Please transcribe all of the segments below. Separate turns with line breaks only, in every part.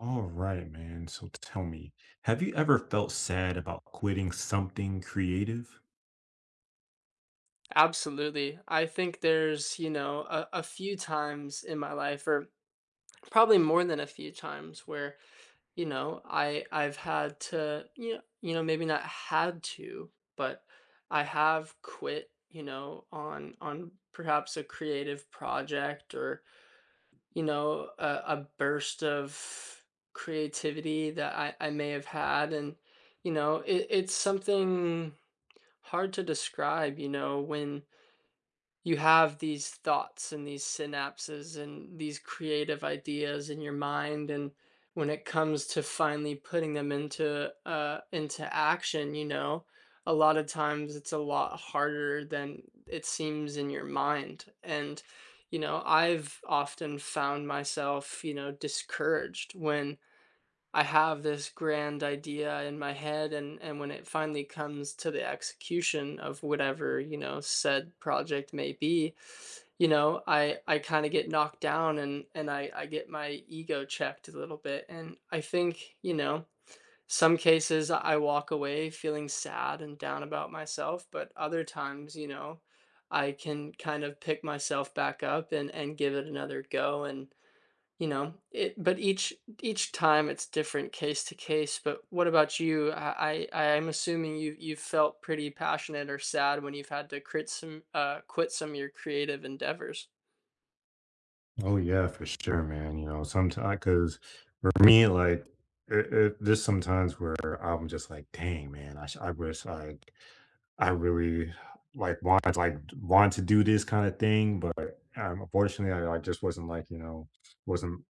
All right, man. So tell me, have you ever felt sad about quitting something creative?
Absolutely. I think there's, a few times in my life, or probably more than a few times, where, I've had to, maybe not had to, but I have quit, on perhaps a creative project or, a burst of creativity that I may have had. And, it's something hard to describe, when you have these thoughts and these synapses and these creative ideas in your mind, and when it comes to finally putting them into action. A lot of times it's a lot harder than it seems in your mind. And I've often found myself, discouraged when I have this grand idea in my head, and when it finally comes to the execution of whatever, said project may be. I kind of get knocked down, and I get my ego checked a little bit, and I think, some cases I walk away feeling sad and down about myself, but other times, I can kind of pick myself back up and give it another go. And you know, it but each time it's different, case to case. But what about you? I'm assuming you've felt pretty passionate or sad when you've had to quit some of your creative endeavors.
Oh yeah, for sure, man. You know, sometimes because for me, like there's sometimes where I'm just like, dang, man, I wish I really want to do this kind of thing, but unfortunately, I just wasn't like you know wasn't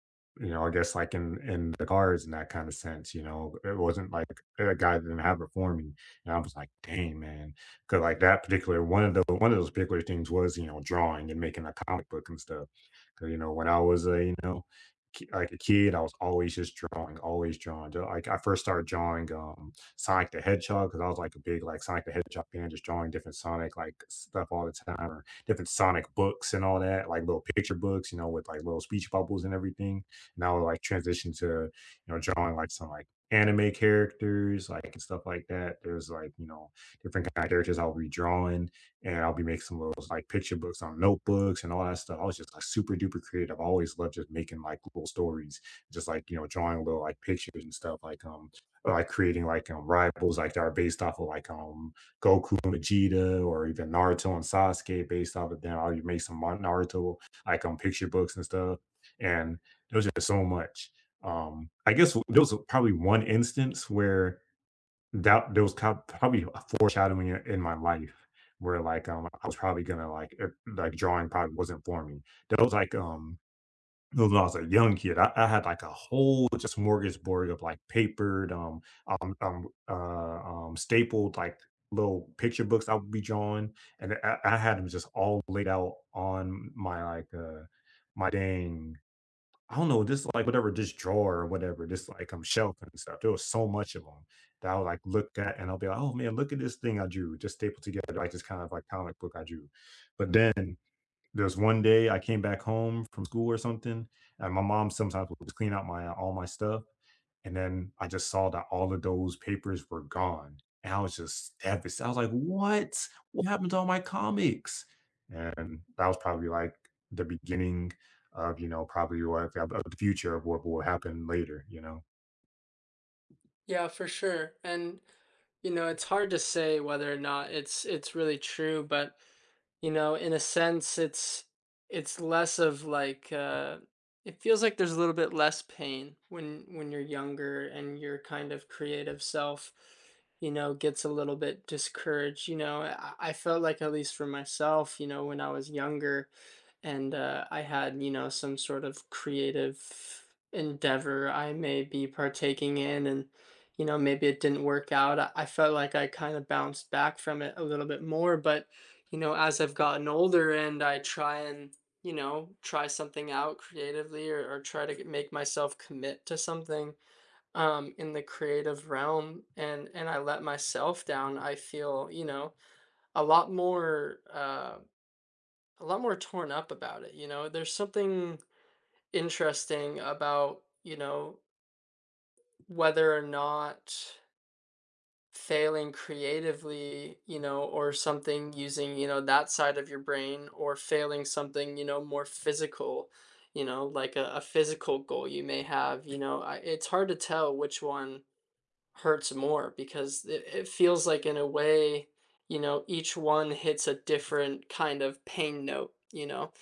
you know I guess like in the cards in that kind of sense. You know, it wasn't like a guy didn't have it for me, and I was like, dang man, because like that particular one of those particular things was you know drawing and making a comic book and stuff. 'Cause, you know when I was a you know like a kid, I was always just drawing, always drawing. Like I first started drawing. Sonic the Hedgehog because I was like a big like Sonic the Hedgehog fan, just drawing different Sonic like stuff all the time or different Sonic books and all that, like little picture books, you know, with like little speech bubbles and everything. And I would like transition to you know drawing like some like anime characters like and stuff like that. There's like you know different kind of characters I'll be drawing and I'll be making some little like picture books on notebooks and all that stuff. I was just like super duper creative. I always loved just making like little stories, just like you know drawing little like pictures and stuff like creating like rivals like that are based off of like Goku and Vegeta or even Naruto and Sasuke based off of them. Or you make some Naruto like picture books and stuff. And there was just so much. I guess there was probably one instance where that there was kind of probably a foreshadowing in my life where like I was probably gonna like drawing probably wasn't for me. That was like when I was a young kid. I had, like, a whole just smorgasbord of, like, papered, um, um, uh, stapled, like, little picture books I would be drawing, and I had them just all laid out on my, like, my dang I don't know, just, like, whatever, this drawer or whatever, just, like, shelf and stuff. There was so much of them that I would, like, look at, and I'll be like, "Oh, man, look at this thing I drew, just stapled together, like, this kind of, like, comic book I drew." But then there's one day I came back home from school or something, and my mom sometimes would just clean out my all my stuff, and then I just saw that all of those papers were gone, and I was just devastated. I was like, "What? What happened to all my comics?" And that was probably, like, the beginning of, you know, probably what of the future of what will happen later, you know?
Yeah, for sure. And it's hard to say whether or not it's really true. But in a sense, it's less of like uh, it feels like there's a little bit less pain when you're younger and your kind of creative self, gets a little bit discouraged. I felt like, at least for myself, when I was younger, and I had, some sort of creative endeavor I may be partaking in, and maybe it didn't work out. I felt like I kind of bounced back from it a little bit more. But as I've gotten older and I try, and try something out creatively, or try to get, make myself commit to something in the creative realm, and I let myself down, I feel, a lot more uh a lot more torn up about it. There's something interesting about, whether or not failing creatively, or something using, that side of your brain, or failing something, more physical, like a physical goal you may have. It's hard to tell which one hurts more, because it feels like, in a way, each one hits a different kind of pain note, you know?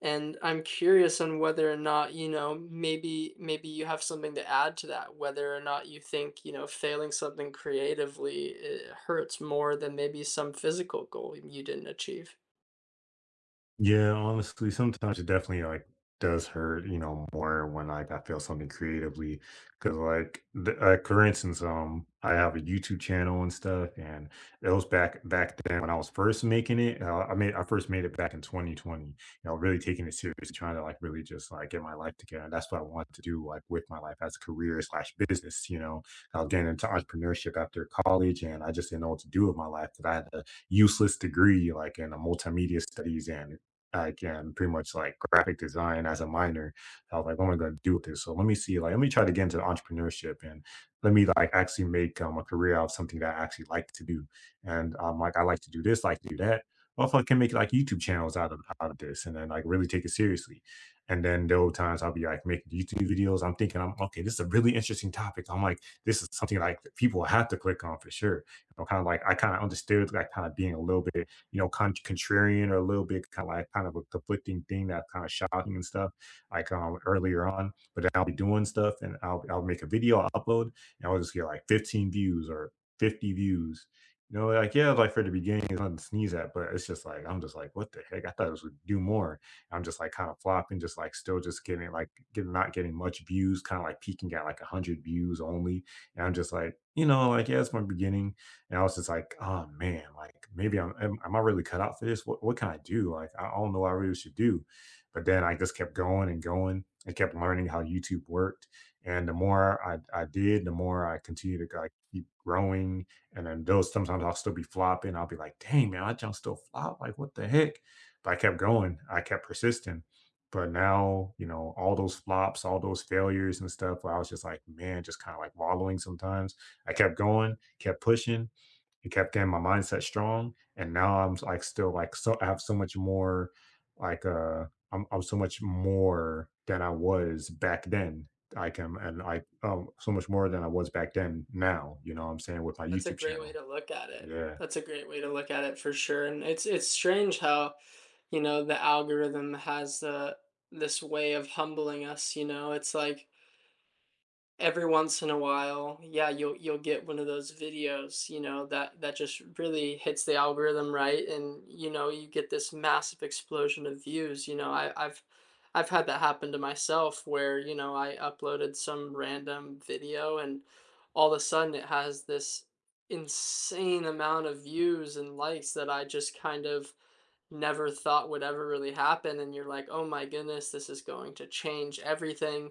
And I'm curious on whether or not, maybe you have something to add to that, whether or not you think, failing something creatively, hurts more than maybe some physical goal you didn't achieve.
Yeah, honestly, sometimes it definitely like does hurt, you know, more when like I feel something creatively. Cause like the, like for instance, I have a YouTube channel and stuff, and it was back then when I was first making it. I made I first made it back in 2020, you know, really taking it seriously, trying to like really just like get my life together. And that's what I wanted to do like with my life as a career slash business, you know. I was getting into entrepreneurship after college and I just didn't know what to do with my life because I had a useless degree like in a multimedia studies and like, pretty much like graphic design as a minor. I was like, "What am I gonna do with this? So let me see, like, let me try to get into entrepreneurship and let me like actually make a career out of something that I actually like to do. And like, I like to do this, like to do that. Also, I can make like YouTube channels out of this, and then like really take it seriously. And then there were times I'll be like making YouTube videos. I'm thinking, I'm okay. This is a really interesting topic. I'm like, this is something like that people have to click on for sure. I'm kind of like, I kind of understood like kind of being a little bit you know, contrarian or a little bit kind of like kind of a conflicting thing that's kind of shocking and stuff, like earlier on. But then I'll be doing stuff and I'll make a video, I'll upload, and I'll just get like 15 views or 50 views. You know, like yeah, like for the beginning, it's nothing to sneeze at, but it's just like I'm just like, what the heck? I thought it was do more. I'm just like kind of flopping, just like still just getting like getting not getting much views, kind of like peaking at like hundred views only. And I'm just like, you know, like yeah, it's my beginning and I was just like, "Oh, man, like, maybe I'm am I really cut out for this? What can I do? Like, I don't know what I really should do." But then I just kept going and going and kept learning how YouTube worked. And the more I did, the more I continued to, like, keep growing, and then those sometimes I'll still be flopping. I'll be like, "Dang, man, I just still flop, like, what the heck?" But I kept going. I kept persisting. But now, you know, all those flops, all those failures and stuff where I was just like, man, just kinda, like, wallowing sometimes. I kept going, kept pushing, it kept getting my mindset strong, and now I'm like still like so I have so much more like, I'm so much more than I was back then. I can and I so much more than I was back then now, you know what I'm saying, with my
That's a
YouTube
great way
channel.
to look at it.
Yeah.
That's a great way to look at it for sure. And it's strange how, the algorithm has the this way of humbling us, you know? It's like, every once in a while, yeah, you'll get one of those videos, that just really hits the algorithm right, and, you get this massive explosion of views. I've had that happen to myself, where, I uploaded some random video, and all of a sudden it has this insane amount of views and likes that I just kind of never thought would ever really happen. And you're like, "Oh my goodness, this is going to change everything.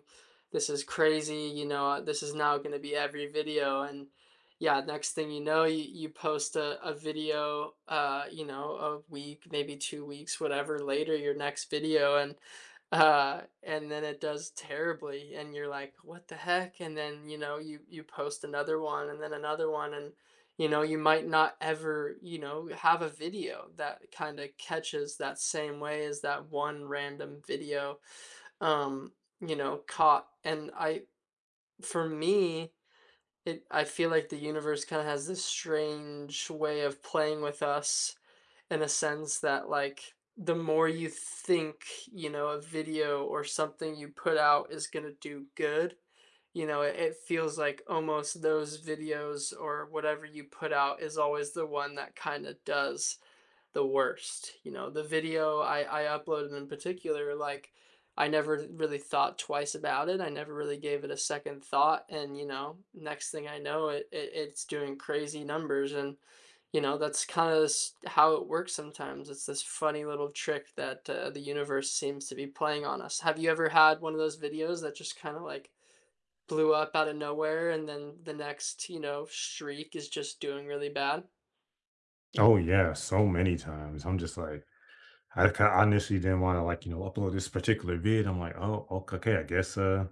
This is crazy. This is now going to be every video." And yeah, next thing you post a video, a week, maybe 2 weeks, whatever, later, your next video, and then it does terribly, and you're like, "What the heck?" And then, you post another one, and then another one, and, you might not ever, have a video that kinda catches that same way as that one random video, um, caught. And I For me, it I feel like the universe kinda has this strange way of playing with us, in a sense that, like, the more you think a video or something you put out is going to do good, it feels like almost those videos or whatever you put out is always the one that kind of does the worst, you know? The video I uploaded in particular, like, I never really thought twice about it, I never really gave it a second thought, and, next thing I know, it's doing crazy numbers, and, that's kinda how it works sometimes. It's this funny little trick that, the universe seems to be playing on us. Have you ever had one of those videos that just kinda, like, blew up out of nowhere, and then the next, streak is just doing really bad?
Oh, yeah, so many times. I'm just like I kind of initially didn't want to like, you know, upload this particular vid. I'm like, oh, okay, I guess,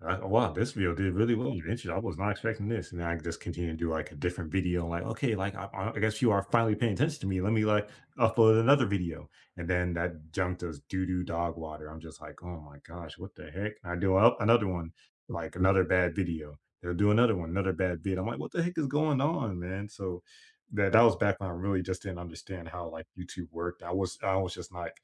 oh, wow, this video did really well. Interesting. I was not expecting this. And then I just continue to do like a different video. Like, okay, like I guess you are finally paying attention to me. Let me like upload another video. And then that junk does doo doo dog water. I'm just like, oh my gosh, what the heck? And I do up another one, like another bad video. They'll do another one, another bad vid. I'm like, what the heck is going on, man? So that was back when I really just didn't understand how, like, YouTube worked. I was just like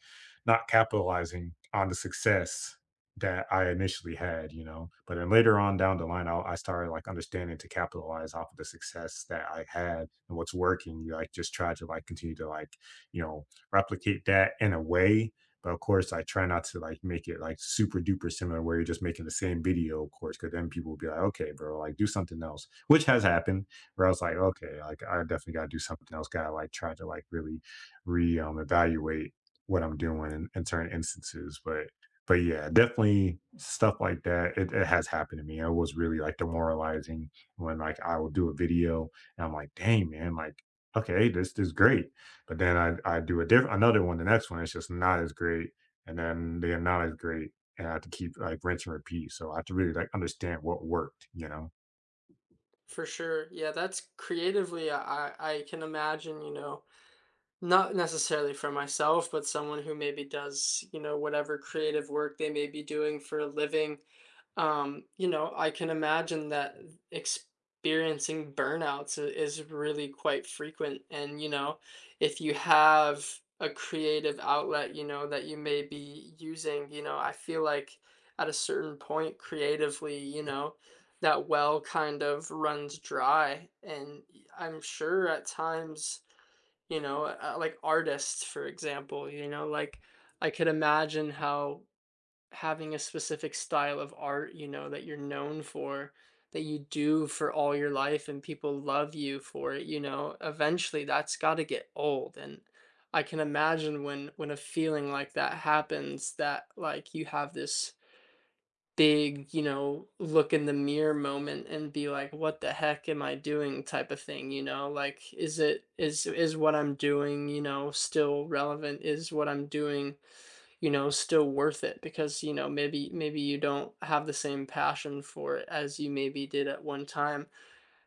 not capitalizing on the success that I initially had, you know? But then later on down the line, I started, like, understanding to capitalize off of the success that I had and what's working, You like, just try to, like, continue to, like, you know, replicate that in a way, but of course, I try not to, like, make it, like, super duper similar where you're just making the same video, of course, because then people will be like, "Okay, bro, like, do something else," which has happened where I was like, okay, like I definitely got to do something else. Got to like try to like really re evaluate what I'm doing in certain instances. But yeah, definitely stuff like that. It has happened to me. It was really like demoralizing when like I will do a video and I'm like, dang man, like okay, this is great. But then I do a different another one. The next one is just not as great, and then they're not as great, and I have to keep like rinse and repeat. So I have to really like understand what worked, you know.
For sure. Yeah, that's creatively I can imagine, not necessarily for myself, but someone who maybe does, whatever creative work they may be doing for a living. I can imagine that experiencing burnouts is really quite frequent. And, if you have a creative outlet, that you may be using, I feel like at a certain point creatively, that well kind of runs dry. I'm sure at times, like artists, for example, like I could imagine how having a specific style of art, that you're known for, that you do for all your life and people love you for it, eventually that's got to get old. And I can imagine when a feeling like that happens, that, like, you have this big, look in the mirror moment, and be like, "What the heck am I doing?" type of thing, you know? Like, is it is what I'm doing, still relevant? Is what I'm doing, still worth it? Because, maybe you don't have the same passion for it as you maybe did at one time.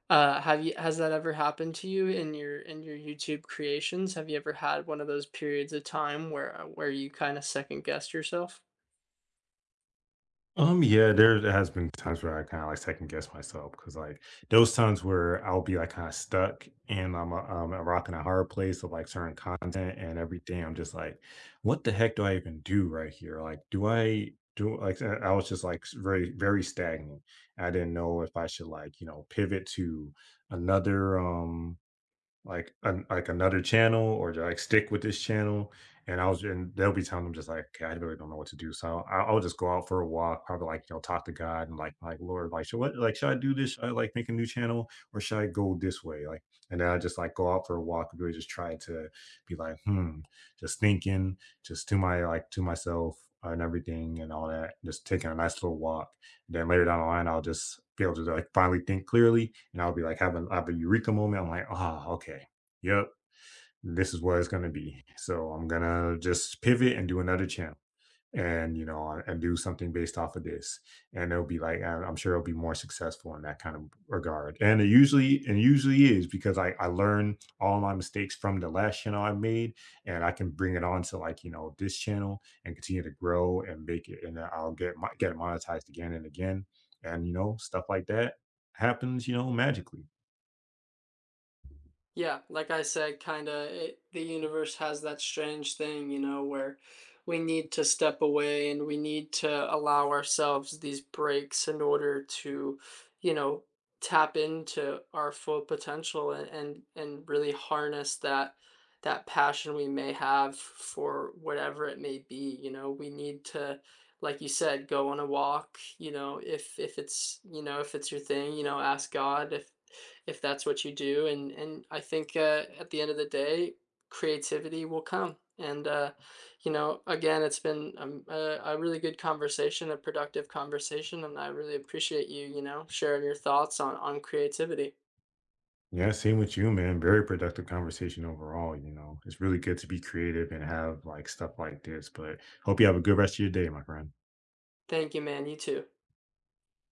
Have you Has that ever happened to you in your YouTube creations? Have you ever had one of those periods of time where you kind of second guessed yourself?
Yeah, there has been times where I kind of like second guess myself because like those times where I'll be like kind of stuck and I'm a rock in a hard place of like certain content and everything. I'm just like, what the heck do I even do right here? Like, do I do like I was just like very stagnant. I didn't know if I should like you know pivot to another like, another channel or do like, stick with this channel? And I was and there'll be times I'm just like, "Okay, I really don't know what to do." So I'll just go out for a walk, probably, like, you know, talk to God and, like, "Lord, like, should I do this? Should I, like, make a new channel or should I go this way?" Like, and then I just, like, go out for a walk and really just try to be like, "Hmm," just thinking, just to my like, to myself and everything and all that, just taking a nice little walk. Then later down the line, I'll just be able to like finally think clearly, and I'll be like having have a eureka moment. I'm like, ah, okay, yep, this is what it's gonna be. So I'm gonna just pivot and do another channel and you know and do something based off of this and it'll be like I'm sure it'll be more successful in that kind of regard and it usually and usually is because i learn all my mistakes from the last channel I made and I can bring it on to like you know this channel and continue to grow and make it and I'll get get monetized again and again and you know stuff like that happens you know magically.
Yeah, like I said, kind of the universe has that strange thing, where we need to step away, and we need to allow ourselves these breaks in order to, you know, tap into our full potential, and really harness that passion we may have for whatever it may be. We need to, like you said, go on a walk, if it's, if it's your thing, ask God if that's what you do. And I think, at the end of the day, creativity will come. And again, it's been a really good conversation, a productive conversation, and I really appreciate you, sharing your thoughts on creativity.
Yeah, same with you, man. Very productive conversation overall. You know, it's really good to be creative and have like stuff like this. But hope you have a good rest of your day, my friend.
Thank you, man. You too.